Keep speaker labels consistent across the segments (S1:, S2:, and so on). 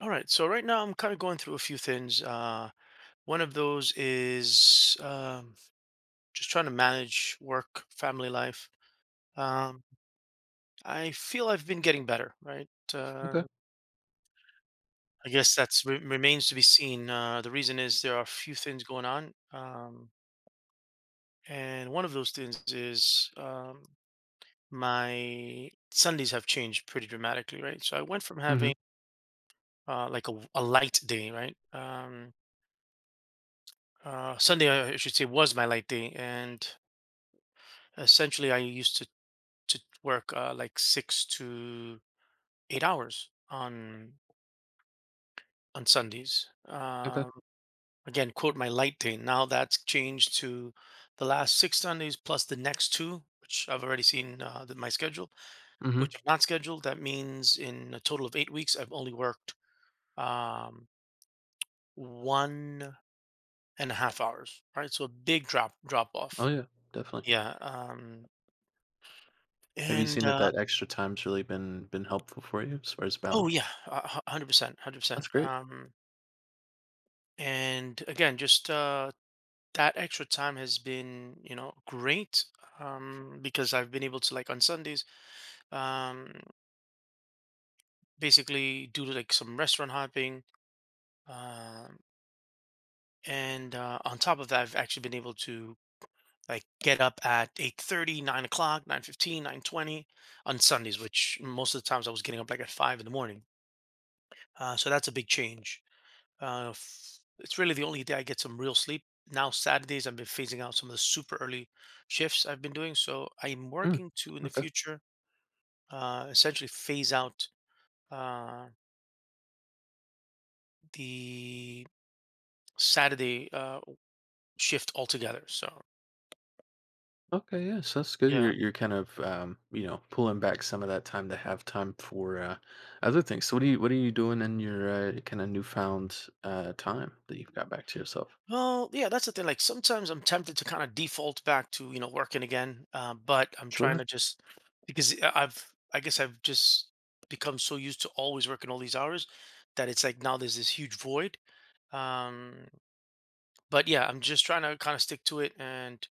S1: All right. So right now I'm kind of going through a few things. One of those is just trying to manage work, family life. Um, I feel I've been getting better, right? Uh,
S2: Okay.
S1: I guess that's remains to be seen. The reason is there are a few things going on, and one of those things is my Sundays have changed pretty dramatically, right? So I went from
S2: Mhm.
S1: having like, a light day, right? Sunday, I should say, was my light day, and essentially I used to work like 6 to 8 hours on Sundays,
S2: Okay.
S1: again, quote, my light day. Now that's changed to the last six Sundays plus the next two, which I've already seen, my schedule,
S2: Mhm.
S1: which are not scheduled. That means in a total of 8 weeks I've only worked um, 1.5 hours, right? So a big drop
S2: Oh,
S1: off.
S2: yeah, definitely.
S1: Yeah.
S2: Have you
S1: And
S2: seen that that extra time's really been helpful for you as far as
S1: oh
S2: balance?
S1: yeah, 100% 100%.
S2: That's great.
S1: And again, just that extra time has been, great, because I've been able to, like, on Sundays, um, basically do like some restaurant hopping, um, and on top of that, I've actually been able to, like, get up at 8:30, 9 o'clock, 9:15, 9:20 on Sundays, which most of the times I was getting up like at five in the morning. So that's a big change. It's really the only day I get some real sleep. Now Saturdays, I've been phasing out some of the super early shifts I've been doing. So I'm
S2: Mm.
S1: working to, in the
S2: Okay.
S1: future, essentially phase out uh, the Saturday shift altogether. So,
S2: Okay, yeah, so that's good.
S1: yeah.
S2: You're kind of, pulling back some of that time to have time for, other things. So what are you doing in your, kinda newfound, time that you've got back to yourself?
S1: Well, yeah, that's the thing. Like, sometimes I'm tempted to kind of default back to, working again, but I'm trying
S2: Sure,
S1: to just, because I guess I've just become so used to always working all these hours, that it's like now there's this huge void, um but yeah, I'm just trying to kind of stick to it and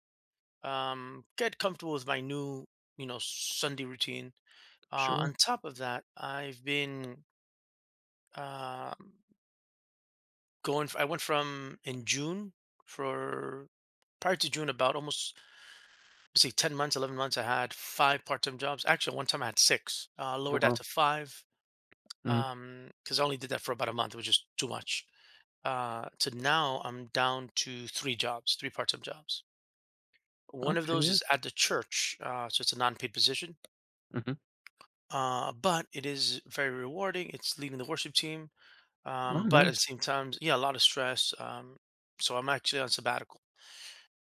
S1: get comfortable with my new, Sunday routine.
S2: sure.
S1: On top of that, I've been uh going, I went from, in June, for prior to June, about almost, let's say, 10 months, 11 months, I had five part-time jobs. Actually, one time I had six,
S2: Oh,
S1: lowered that
S2: wow.
S1: to five,
S2: Mhm.
S1: because I only did that for about a month. It was just too much. So now I'm down to three jobs, three part-time jobs. One of
S2: Okay,
S1: those
S2: yeah.
S1: is at the church, so it's a non-paid position,
S2: Mhm.
S1: but it is very rewarding. It's leading the worship team,
S2: Oh,
S1: but at
S2: nice.
S1: the same time, yeah, a lot of stress. So I'm actually on sabbatical.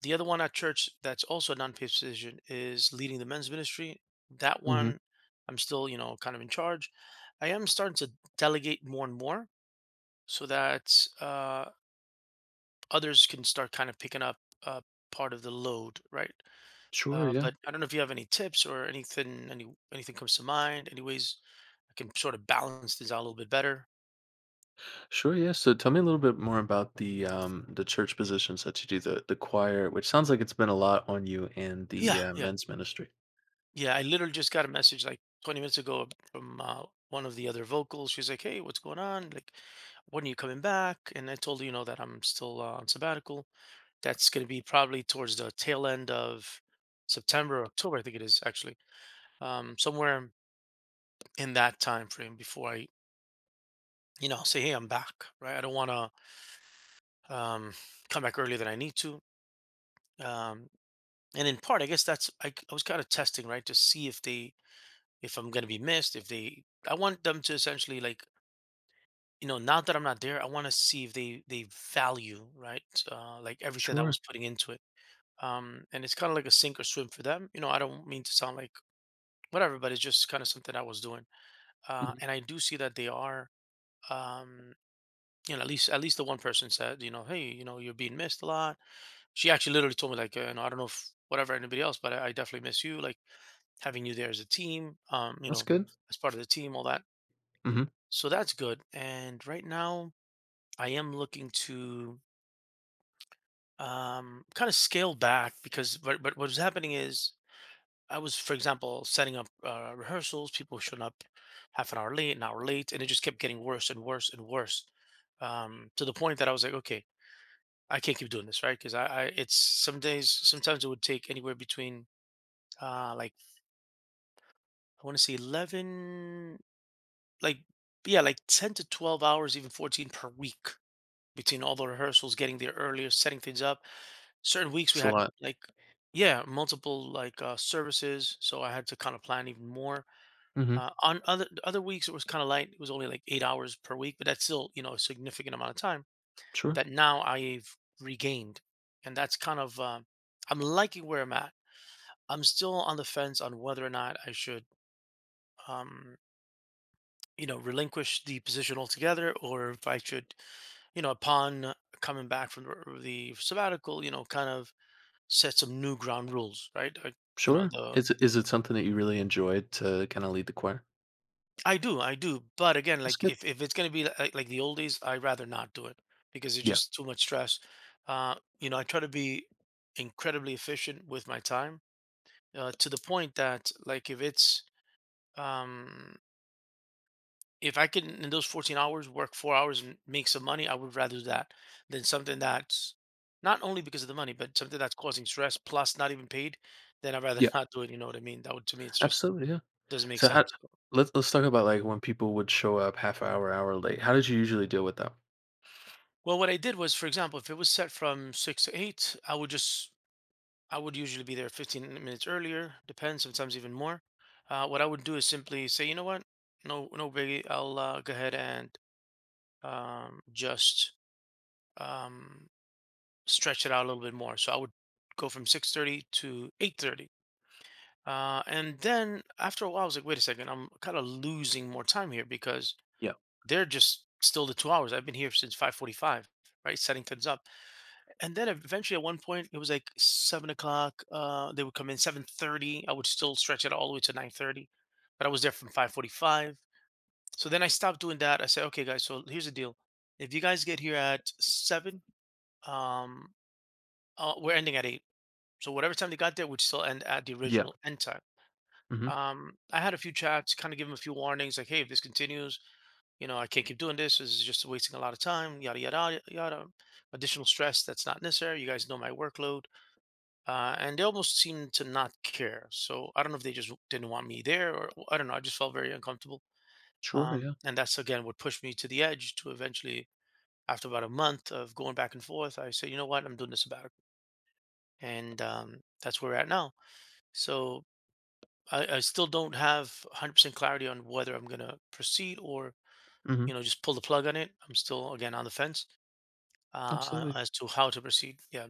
S1: The other one at church, that's also a non-paid position, is leading the men's ministry. That
S2: Mhm.
S1: one, I'm still, kind of in charge. I am starting to delegate more and more, so that others can start kind of picking up uh, part of the load, right?
S2: Sure, yeah.
S1: But I don't know if you have any tips or anything, anything comes to mind, any ways I can sort of balance this out a little bit better.
S2: Sure, yeah. So tell me a little bit more about the church positions that you do, the choir, which sounds like it's been a lot on you and
S1: Yeah,
S2: the
S1: yeah,
S2: men's ministry.
S1: yeah. I literally just got a message like 20 minutes ago from one of the other vocals. She's like, "Hey, what's going on? Like, when are you coming back?" And I told her, that I'm still, on sabbatical. That's going to be probably towards the tail end of September, or October, I think it is, actually, somewhere in that time frame before I, say, "Hey, I'm back." Right? I don't want to um, come back earlier than I need to. um, and in part, I guess that's, I was kind of testing, right, to see if I'm gonna be missed. If they, I want them to essentially, like, now that I'm not there, I want to see if they value, right, like, everything that I
S2: Sure.
S1: was putting into it. And it's kind of like a sink or swim for them. You know, I don't mean to sound like whatever, but it's just kind of something I was doing.
S2: Mhm.
S1: And I do see that they are. Um, at least the one person said, hey, you're being missed a lot. She actually literally told me, like, I don't know if whatever anybody else, but I definitely miss you. Like, having you there as a team,
S2: That's good.
S1: as part of the team, all that.
S2: Mhm.
S1: So that's good. And right now, I am looking to, kind of, scale back, because, but what's happening is I was, for example, setting up rehearsals. People showing up half an hour late, and it just kept getting worse and worse and worse, to the point that I was like, okay, I can't keep doing this, right? Because, it's, some days, sometimes it would take anywhere between, like, I want to say 11, like, yeah, like 10 to 12 hours, even 14 per week, between all the rehearsals, getting there earlier, setting things up. Certain weeks we
S2: That's a
S1: had,
S2: lot.
S1: like, yeah, multiple, like, services, so I had to kind of plan even more.
S2: Mhm.
S1: On other weeks it was kind of light. It was only like 8 hours per week, but that's still, a significant amount of time
S2: Sure.
S1: that now I've regained. And that's kind of, I'm liking where I'm at. I'm still on the fence on whether or not I should, um relinquish the position altogether, or if I should, upon coming back from the sabbatical, kind of set some new ground rules, right? I, you know,
S2: Sure.
S1: the
S2: Is it something that you really enjoyed to kind of lead the choir?
S1: I do, but again,
S2: That's
S1: like,
S2: good.
S1: if it's gonna be, like the old days, I'd rather not do it because it's
S2: Yeah.
S1: just too much stress. I try to be incredibly efficient with my time, to the point that, like, um if I can, in those 14 hours, work 4 hours and make some money, I would rather do that than something that's, not only because of the money, but something that's causing stress plus not even paid, then I'd rather
S2: Yeah.
S1: not do it. You know what I mean? That would, to me, it's just,
S2: Absolutely. Yeah.
S1: doesn't make
S2: So how
S1: sense.
S2: let's talk about like when people would show up half hour, hour late. How did you usually deal with that?
S1: Well, what I did was, for example, if it was set from 6 to 8, I would usually be there 15 minutes earlier, depends, sometimes even more. What I would do is simply say, you know what, no, no biggie, I'll, go ahead and, just, um, stretch it out a little bit more. So I would go from 6:30 to 8:30. And then after a while, I was like, wait a second, I'm kind of losing more time here, because
S2: Yeah.
S1: they're just still the 2 hours. I've been here since 5:45, right, setting things up. And then eventually, at one point, it was like 7 o'clock. They would come in 7:30. I would still stretch it all the way to 9:30, but I was there from 5:45. So then I stopped doing that. I said, okay, guys, so here's the deal. If you guys get here at 7, um, we're ending at 8. So whatever time they got there would still end at the
S2: Yeah.
S1: original end time.
S2: Mhm.
S1: I had a few chats, kind of give them a few warnings, like, hey, if this continues, I can't keep doing this. This is just wasting a lot of time, yada yada yada. Additional stress that's not necessary. You guys know my workload, and they almost seemed to not care. So I don't know if they just didn't want me there, or I don't know. I just felt very uncomfortable,
S2: Sure, yeah.
S1: and that's, again, what pushed me to the edge to eventually, after about a month of going back and forth, I said, you know what, I'm doing this sabbatical, and, that's where we're at now. So I still don't have 100% clarity on whether I'm going to proceed, or,
S2: Mhm.
S1: just pull the plug on it. I'm still, again, on the fence,
S2: Absolutely.
S1: as to how to proceed. Yeah.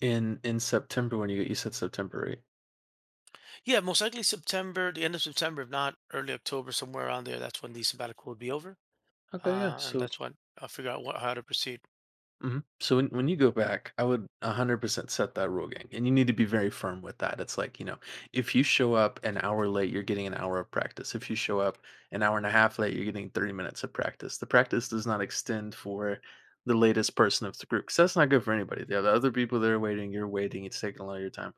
S2: In September when you said September, right?
S1: Yeah. Most likely September, the end of September, if not early October, somewhere around there. That's when the sabbatical would be over.
S2: Okay, yeah.
S1: And
S2: So,
S1: that's when I'll figure out, how to proceed.
S2: mhm. So when you go back, I would 100% set that rule, gang. And you need to be very firm with that. It's like, if you show up an hour late, you're getting an hour of practice. If you show up an hour and a half late, you're getting 30 minutes of practice. The practice does not extend for the latest person of the group because that's not good for anybody. The other people that are waiting, you're waiting, it's taking a lot of your time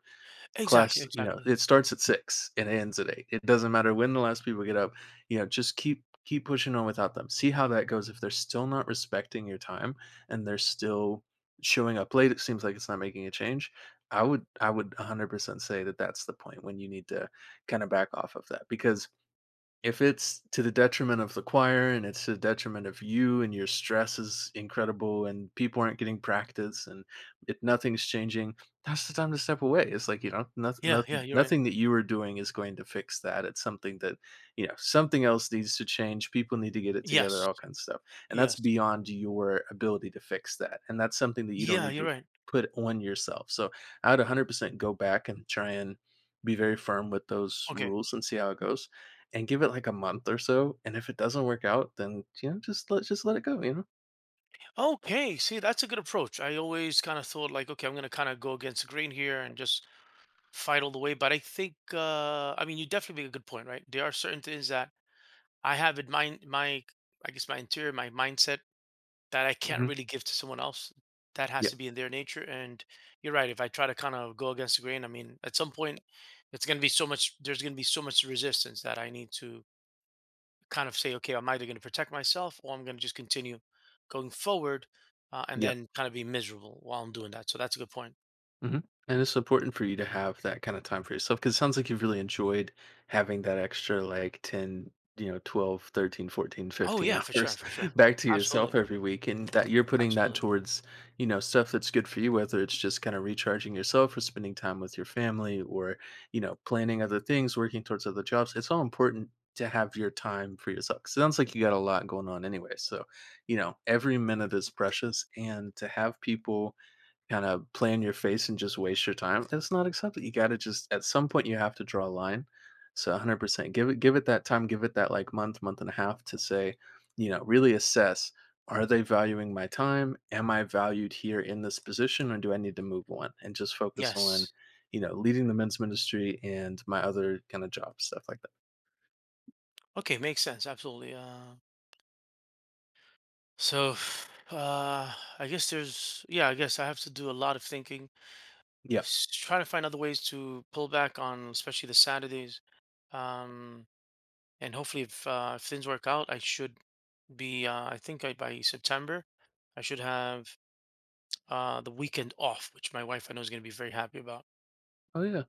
S1: Exactly.
S2: class, you know,
S1: Exactly.
S2: it starts at six and ends at eight. It doesn't matter when the last people get up. Just keep pushing on without them. See how that goes. If they're still not respecting your time and they're still showing up late, it seems like it's not making a change. I would 100% say that that's the point when you need to kind of back off of that, because if it's to the detriment of the choir and it's to the detriment of you, and your stress is incredible and people aren't getting practice and if nothing's changing, that's the time to step away. It's like,
S1: Yeah. Yeah. You're right.
S2: nothing that you are doing is going to fix that. It's something that, something else needs to change. People need to get it together,
S1: Yes.
S2: all kinds of stuff, and that's
S1: Yes.
S2: beyond your ability to fix that, and that's something that you don't
S1: Yeah.
S2: need
S1: You're
S2: to
S1: right.
S2: put on yourself. So I would 100% go back and try and be very firm with those
S1: Okay.
S2: rules and see how it goes, and give it, like, a month or so, and if it doesn't work out, then, you know, just let it go, you know?
S1: Okay. See, that's a good approach. I always kind of thought, like, okay, I'm going to kind of go against the grain here and just fight all the way. But I think, I mean, you definitely make a good point, right? There are certain things that I have in mind, I guess, my interior, my mindset, that I can't
S2: Mhm.
S1: really give to someone else. That has
S2: Yeah.
S1: to be in their nature. And you're right. If I try to kind of go against the grain, I mean, at some point, it's going to be so much, there's going to be so much resistance, that I need to kind of say, okay, I'm either going to protect myself, or I'm going to just continue going forward, and
S2: Yep.
S1: then kind of be miserable while I'm doing that. So that's a good point.
S2: Hmm. And it's important for you to have that kind of time for yourself because it sounds like you've really enjoyed having that extra like 10, 12, 13, 14,
S1: Oh,
S2: fifteen
S1: yeah, for sure.
S2: hours
S1: For sure.
S2: back to yourself
S1: Absolutely.
S2: every week, and that you're putting that
S1: Absolutely.
S2: towards, stuff that's good for you, whether it's just kind of recharging yourself or spending time with your family, or, planning other things, working towards other jobs. It's all important to have your time for yourself. 'Cause it sounds like you got a lot going on anyway. So, every minute is precious, and to have people kinda play in your face and just waste your time, that's not acceptable. You gotta just at some point, you have to draw a line. So, 100%. Give it that time, give it that, like, month, month and a half to say, really assess, "Are they valuing my time? Am I valued here in this position, or do I need to move on?" And just focus on,
S1: Yes.
S2: leading the men's ministry, and my other kinda job, stuff like that.
S1: Okay, makes sense. Absolutely. So, uh, I guess yeah, I guess I have to do a lot of thinking,
S2: Yeah.
S1: try to find other ways to pull back on, especially the Saturdays. Um, and hopefully, if things work out, I should be, I think I, by September, I should have, the weekend off, which my wife I know is going to be very happy about.
S2: Oh, yeah.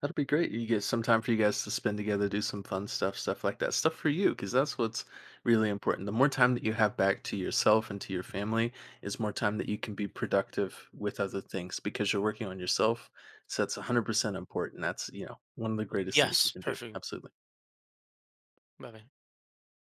S2: That'll be great. You get some time for you guys to spend together, do some fun stuff, stuff like that. Stuff for you, because that's what's really important. The more time that you have back to yourself and to your family is more time that you can be productive with other things because you're working on yourself. So that's 100% important. That's, one of the greatest things you
S1: Yes,
S2: can do.
S1: perfect.
S2: Absolutely.
S1: Bye bye.